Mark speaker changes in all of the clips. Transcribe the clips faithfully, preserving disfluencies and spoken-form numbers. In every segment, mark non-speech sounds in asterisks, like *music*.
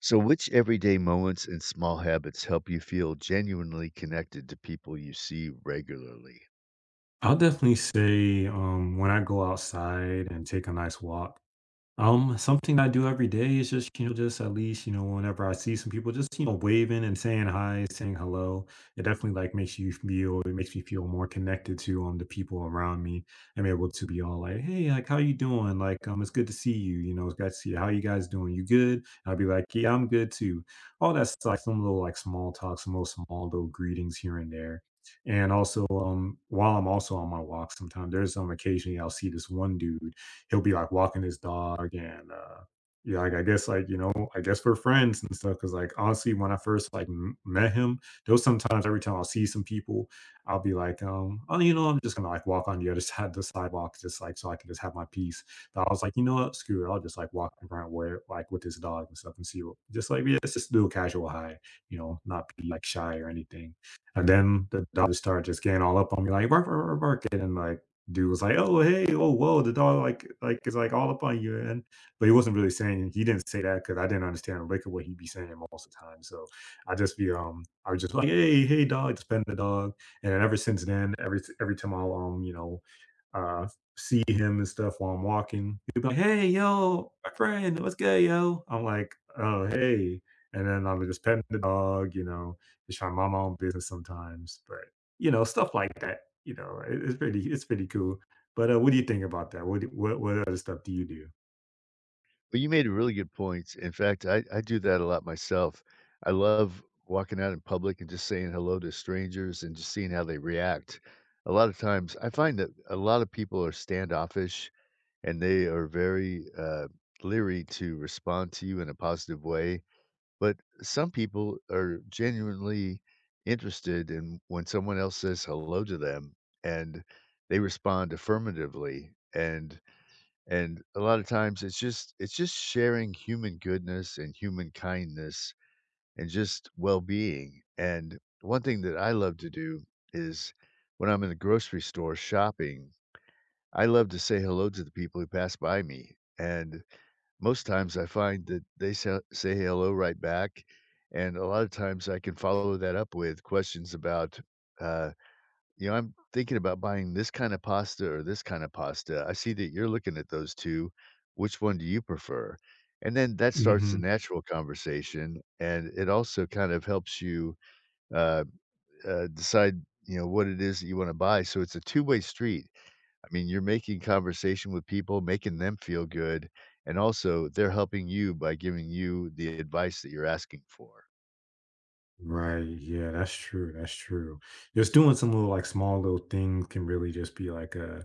Speaker 1: So, which everyday moments and small habits help you feel genuinely connected to people you see regularly?
Speaker 2: I'll definitely say, um, when I go outside and take a nice walk. um, something I do every day is just, you know, just at least, you know, whenever I see some people just, you know, waving and saying hi, saying hello. It definitely like makes you feel, it makes me feel more connected to um the people around me. I'm able to be all like, hey, like how you doing? Like, um, it's good to see you. You know, it's good to see you. How you guys doing? You good? I'll be like, yeah, I'm good too. All that's like some little like small talks, some little small little greetings here and there. And also, um, while I'm also on my walk, sometimes there's um occasionally I'll see this one dude. He'll be like walking his dog. And uh yeah, like I guess like you know, I guess we're friends and stuff. Cause like honestly, when I first like m- met him, there was sometimes every time I'll see some people, I'll be like, um, oh, you know, I'm just gonna like walk on the other *laughs* side of the sidewalk, just like so I can just have my peace. But I was like, you know what, screw it, I'll just like walk in front where like with this dog and stuff and see what just like yeah, it's just do a casual high, you know, not be like shy or anything. And then the dog just started just getting all up on me, like bark, bark, bark, bark. And then, like dude was like, "Oh, hey, oh, whoa, the dog like like is like all up on you," and but he wasn't really saying he didn't say that because I didn't understand a lick of what he'd be saying most of the time. So I just be um I was just like, "Hey, hey, dog, just pet the dog," and then ever since then, every every time I'll um you know uh see him and stuff while I'm walking. He'll be like, "Hey, yo, my friend, what's good, yo?" I'm like, "Oh, hey." And then I'm just petting the dog, you know, just trying to mind my own business sometimes. But, you know, stuff like that. You know, it it's pretty it's pretty cool. But, uh, what do you think about that? What do what what other stuff do you do?
Speaker 1: Well, you made a really good point. In fact, I, I do that a lot myself. I love walking out in public and just saying hello to strangers and just seeing how they react. A lot of times, I find that a lot of people are standoffish and they are very uh, leery to respond to you in a positive way. But some people are genuinely interested in when someone else says hello to them and they respond affirmatively. And and a lot of times it's just it's just sharing human goodness and human kindness and just well-being. And one thing that I love to do is when I'm in the grocery store shopping, I love to say hello to the people who pass by me. And most times I find that they say say hello right back, and a lot of times I can follow that up with questions about, uh, you know, "I'm thinking about buying this kinda pasta or this kinda pasta. I see that you're looking at those two. Which one do you prefer?" And then that starts a
Speaker 2: Mhm.
Speaker 1: natural conversation, and it also kind of helps you, uh, uh, decide, you know, what it is that you wanna buy, so it's a two-way street. I mean, you're making conversation with people, making them feel good, and also they're helping you by giving you the advice that you're asking for.
Speaker 2: Right, yeah, that's true, that's true. Just doing some little, like, small little things can really just be like a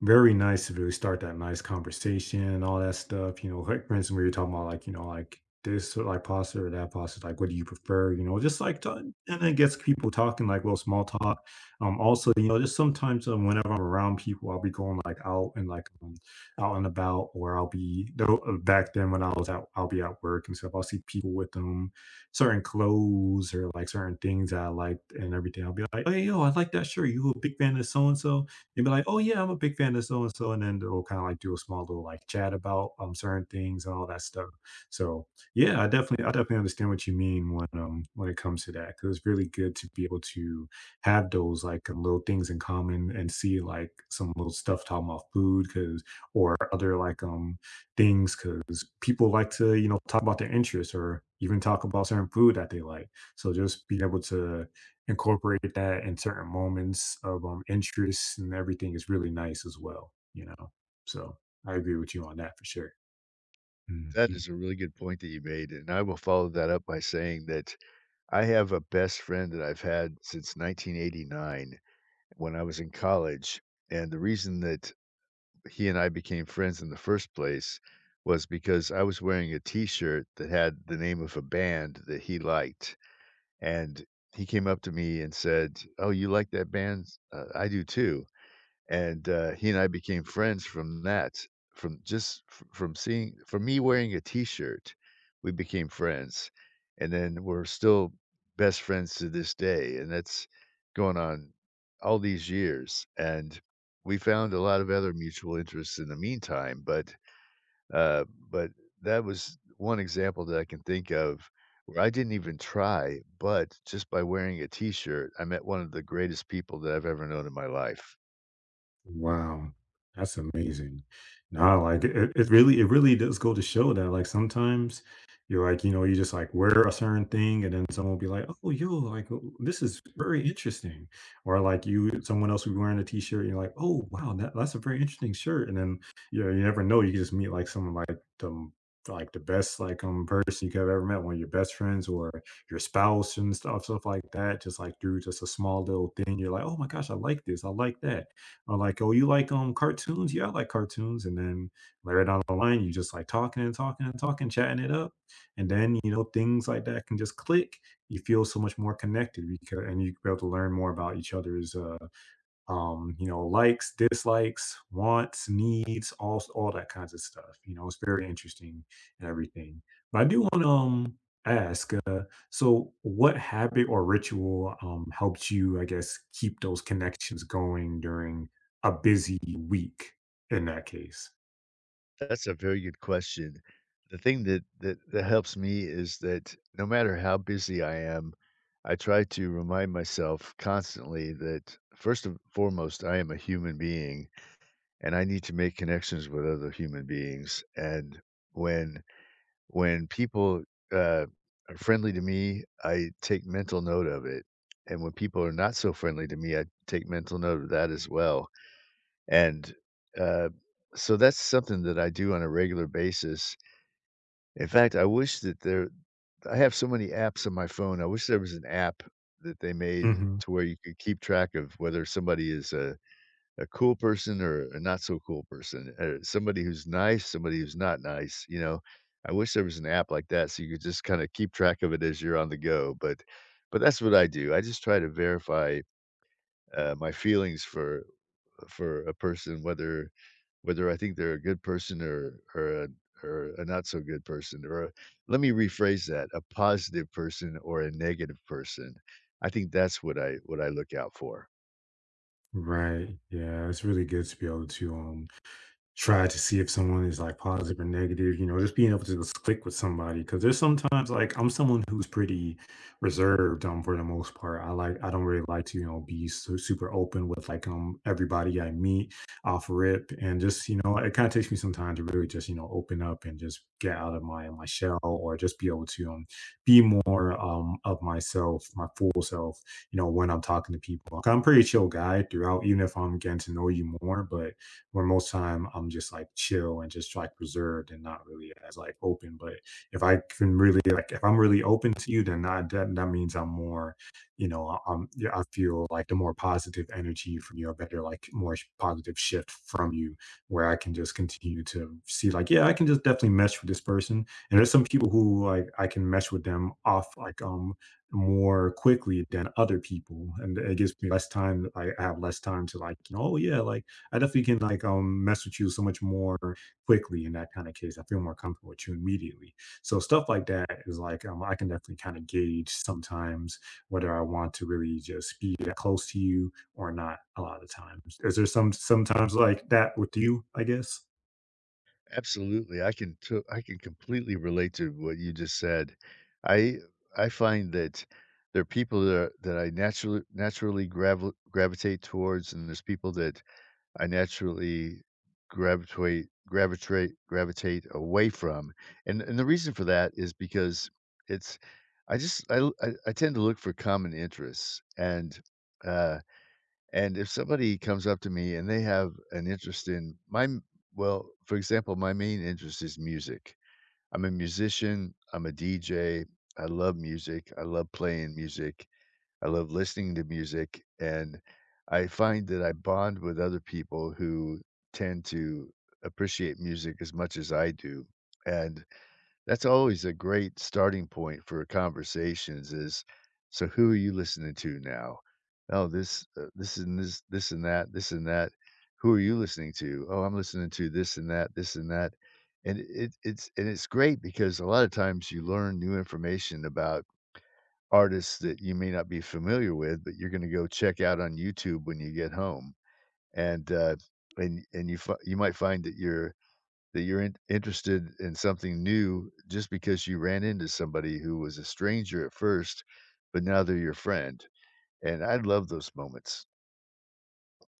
Speaker 2: very nice to really start that nice conversation and all that stuff. You know, like for instance, we were talking about like, you know, like this or like pasta or that pasta, like what do you prefer? You know, just like to, and it gets people talking like little small talk. Um, also, you know, just sometimes um, whenever I'm around people, I'll be going like out and like um, out and about. Or I'll be though uh, back then when I was out, I'll be at work and stuff. I'll see people with um certain clothes or like certain things that I liked and everything. I'll be like, hey yo, I like that shirt. You a big fan of so and so? And be like, "Oh yeah, I'm a big fan of so and so," and then they'll kind of like do a small little like chat about um certain things and all that stuff. So yeah, I definitely I definitely understand what you mean when um when it comes to that, because it's really good to be able to have those like um, little things in common, and see like some little stuff talking about food, because or other like um things, because people like to you know talk about their interests, or even talk about certain food that they like. So just being able to incorporate that in certain moments of, um, interest and everything is really nice as well, you know? So, I agree with you on that for sure.
Speaker 1: That
Speaker 2: Mhm.
Speaker 1: is a really good point that you made, and I will follow that up by saying that I have a best friend that I've had since nineteen eighty-nine when I was in college, and the reason that he and I became friends in the first place was because I was wearing a t-shirt that had the name of a band that he liked. And he came up to me and said, "Oh, you like that band? Uh, I do too." And, uh, he and I became friends from that, from just f from seeing from me wearing a T-shirt, we became friends, and then we're still best friends to this day, and that's going on all these years, and we found a lot of other mutual interests in the meantime, but uh, but that was one example that I can think of where I didn't even try, but just by wearing a T-shirt, I met one of the greatest people that I've ever known in my life.
Speaker 2: Wow, that's amazing. No, like it, it really, it really does go to show that like sometimes you're like, you know, you just like wear a certain thing, and then someone will be like, oh, yo, like oh, this is very interesting. Or like you, someone else will be wearing a t-shirt, and you're like, oh, wow, that, that's a very interesting shirt. And then, you know, you never know, you could just meet like someone like the, like the best like um person you could have ever met, one of your best friends or your spouse and stuff, stuff like that. Just like through just a small little thing, you're like, oh my gosh, I like this, I like that, are like, "Oh, you like um cartoons? Yeah, I like cartoons." And then later down the line, you just like talking and talking and talking, chatting it up, and then you know things like that can just click. You feel so much more connected because, and you be able to learn more about each other's uh, um, you know, likes, dislikes, wants, needs, all all that kinds of stuff. You know, it's very interesting and everything. But I do want to um, ask, uh, so what habit or ritual um, helps you, I guess, keep those connections going during a busy week? In that case.
Speaker 1: That's a very good question. The thing that that that helps me is that no matter how busy I am, I try to remind myself constantly that first and foremost, I am a human being and I need to make connections with other human beings. And when When people, uh, are friendly to me, I take mental note of it, and when people are not so friendly to me, I take mental note of that as well, and, uh, so that's something that I do on a regular basis. In fact, I wish that there I have so many apps on my phone, I wish there was an app that they made
Speaker 2: Hmm.
Speaker 1: to where you could keep track of whether somebody is, a a cool person or a not so cool person, uh, somebody who's nice, somebody who's not nice, you know? I wish there was an app like that so you could just kinda keep track of it as you're on the go, but but that's what I do. I just try to verify, uh, my feelings for for a person, whether whether I think they're a good person or or a or a not so good person, or a let me rephrase that, a positive person or a negative person. I think that's what I what I look out for.
Speaker 2: Right? Yeah, it's really good to be able to um try to see if someone is like positive or negative, you know, just being able to just click with somebody. Cause there's sometimes like I'm someone who's pretty reserved um for the most part. I like I don't really like to, you know, be so super open with like um everybody I meet off rip. And just, you know, it kind of takes me some time to really just, you know, open up and just get out of my my shell, or just be able to um be more um of myself, my full self, you know, when I'm talking to people. Like, I'm a pretty chill guy throughout, even if I'm getting to know you more. But where most time I'm just like chill and just like reserved and not really as like open. But if I can really like if I'm really open to you, then I, that that means I'm more, you know, I- I'm yeah, I feel like the more positive energy from you, a better like more sh- positive shift from you, where I can just continue to see like yeah, I can just definitely mesh with this person. And there's some people who like I can mesh with them off like um more quickly than other people, and it gives me less time, I have less time to like you know, oh yeah, like I definitely can like um mess with you so much more quickly in that kind of case. I feel more comfortable with you immediately. So stuff like that is like um, I can definitely kind of gauge sometimes whether I want to really just be that close to you or not. A lot of times, is there some sometimes like that with you? I guess.
Speaker 1: Absolutely, I can to I can completely relate to what you just said. I I find that there are people that are, that I naturally naturally gravi gravitate towards, and there's people that I naturally gravitate gravitate gravitate away from. And and the reason for that is because it's I just I l- I, I tend to look for common interests and uh and if somebody comes up to me and they have an interest in my m well, for example, my main interest is music. I'm a musician, I'm a D J, I love music, I love playing music, I love listening to music, and I find that I bond with other people who tend to appreciate music as much as I do, and that's always a great starting point for conversations is, "So who are you listening to now? Oh, this, uh, this and this this and that, this and that. Who are you listening to? Oh, I'm listening to this and that, this and that." And it it's and it's great because a lot of times you learn new information about artists that you may not be familiar with, but you're gonna go check out on YouTube when you get home. And, uh, and and you fi you might find that you're. That you're in interested in something new just because you ran into somebody who was a stranger at first, but now they're your friend, and I love those moments.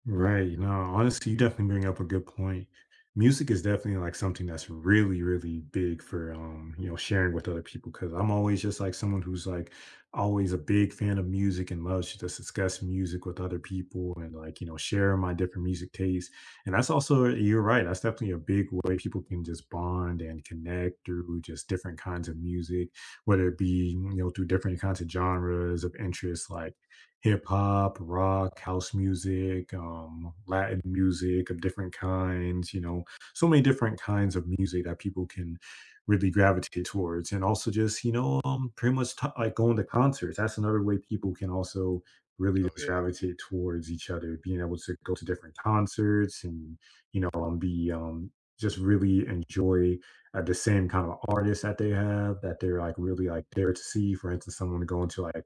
Speaker 2: Right. No, honestly, you definitely bring up a good point. Music is definitely like something that's really, really big for um, you know, sharing with other people. Cause I'm always just like someone who's like always a big fan of music, and loves to just discuss music with other people, and like, you know, share my different music tastes. And that's also, you're right, that's definitely a big way people can just bond and connect through just different kinds of music, whether it be, you know, through different kinds of genres of interest, like hip hop, rock, house music, um, Latin music of different kinds, you know, so many different kinds of music that people can really gravitate towards. And also just, you know, um, pretty much t- like going to concerts. That's another way people can also really
Speaker 1: Oh,
Speaker 2: just
Speaker 1: yeah.
Speaker 2: gravitate towards each other, being able to go to different concerts, and you know, um, be, um, just really enjoy uh, the same kind of artists that they have that they're like really like there to see. For instance, someone going to like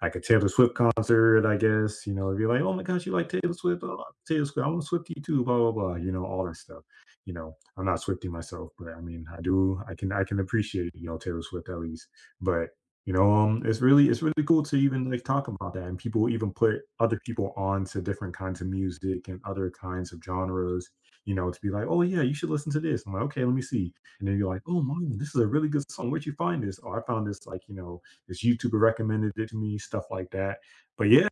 Speaker 2: like a Taylor Swift concert, I guess, you know, if you're like, oh my gosh, you like Taylor Swift, oh, I love Taylor Swift, I want Swifty too, blah, blah, blah, you know, all that stuff. You know, I'm not Swifty myself, but I mean, I do, I can, I can appreciate, you know, Taylor Swift at least. But, you know, um, it's really, it's really cool to even like talk about that. And people even put other people on to different kinds of music and other kinds of genres, you know, to be like, oh yeah, you should listen to this. I'm like, okay, let me see. And then you're like, oh, my, this is a really good song. Where'd you find this? Oh, I found this, like, you know, this YouTuber recommended it to me, stuff like that. But yeah,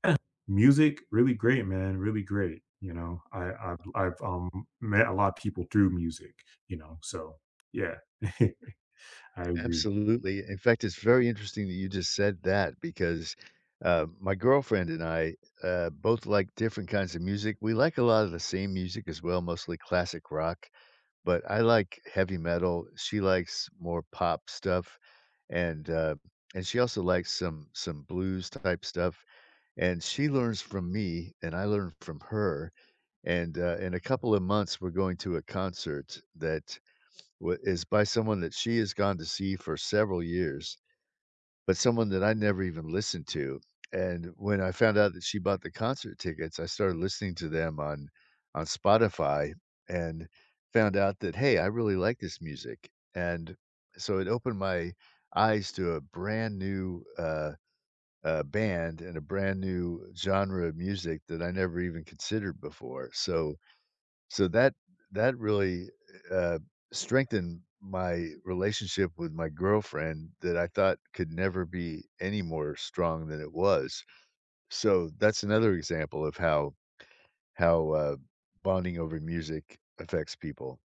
Speaker 2: music, really great, man, really great. You know, I I've I've, um, met a lot of people through music, you know, so yeah, *laughs* I agree.
Speaker 1: Absolutely. In fact, it's very interesting that you just said that because, uh, my girlfriend and I, uh, both like different kinds of music. We like a lot of the same music as well, mostly classic rock, but I like heavy metal. She likes more pop stuff, and, uh, and she also likes some some blues type stuff. And she learns from me and I learn from her. And uh, in a couple of months, we're going to a concert that wa- is by someone that she has gone to see for several years, but someone that I never even listened to. And when I found out that she bought the concert tickets, I started listening to them on on Spotify and found out that hey, I really like this music. And so it opened my eyes to a brand new uh, uh, band and a brand new genre of music that I never even considered before. So so that that really, uh, strengthened my relationship with my girlfriend that I thought could never be any more strong than it was. So that's another example of how how, uh, bonding over music affects people.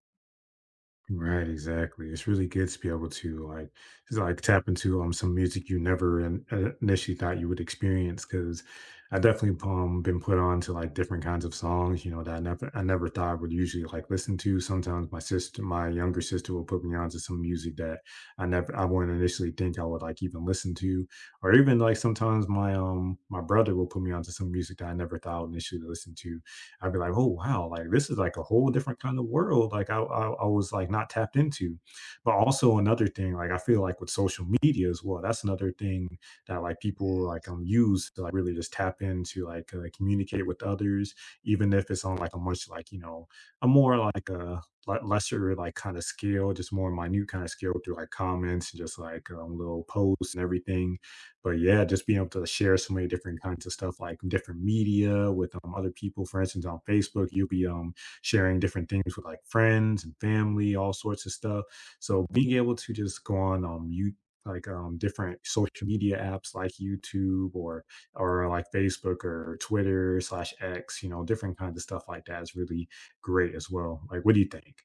Speaker 2: Right, exactly. It's really good to be able to like just like tap into um some music you never in, uh, initially thought you would experience. Because I definitely um been put on to like different kinds of songs, you know, that I never I never thought I would usually like listen to. Sometimes my sister, my younger sister, will put me on to some music that I never I wouldn't initially think I would like even listen to, or even like sometimes my um my brother will put me onto some music that I never thought I would initially listen to. I'd be like, "Oh wow, like this is like a whole different kind of world." Like I, I I was like not tapped into. But also another thing, like I feel like with social media as well, that's another thing that like people
Speaker 1: Yeah.
Speaker 2: like um use to like really just tap into, like uh, communicate with others, even if it's on like a much, like you know a more, like a le- lesser like kind of scale, just more minute kind of scale through like comments and just like um, little posts and everything. But yeah, just being able to share so many different kinds of stuff, like different media with um, other people. For instance, on Facebook, you'll be um, sharing different things with like friends and family, all sorts of stuff. So being able to just go on um, you like um, different social media apps like YouTube, or or uh, like Facebook or Twitter slash X, you know, different kinds of stuff like that is really great as well. Like, what do you think?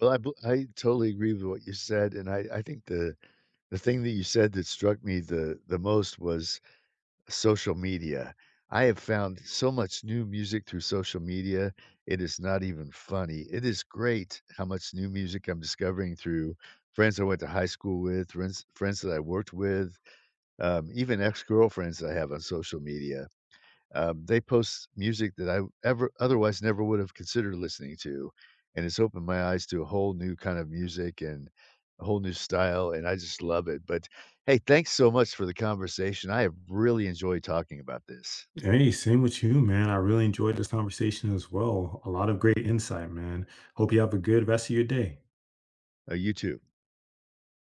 Speaker 1: Well, I bel I totally agree with what you said, and I I think the the thing that you said that struck me the the most was social media. I have found so much new music through social media, it is not even funny. It is great how much new music I'm discovering through friends I went to high school with, friends friends that I worked with, um, even ex-girlfriends I have on social media. Um, they post music that I ever otherwise never would have considered listening to, and it's opened my eyes to a whole new kind of music and a whole new style, and I just love it. But hey, thanks so much for the conversation. I have really enjoyed talking about this.
Speaker 2: Hey, same with you, man. I really enjoyed this conversation as well. A lot of great insight, man. Hope you have a good rest of your day.
Speaker 1: Uh, you too.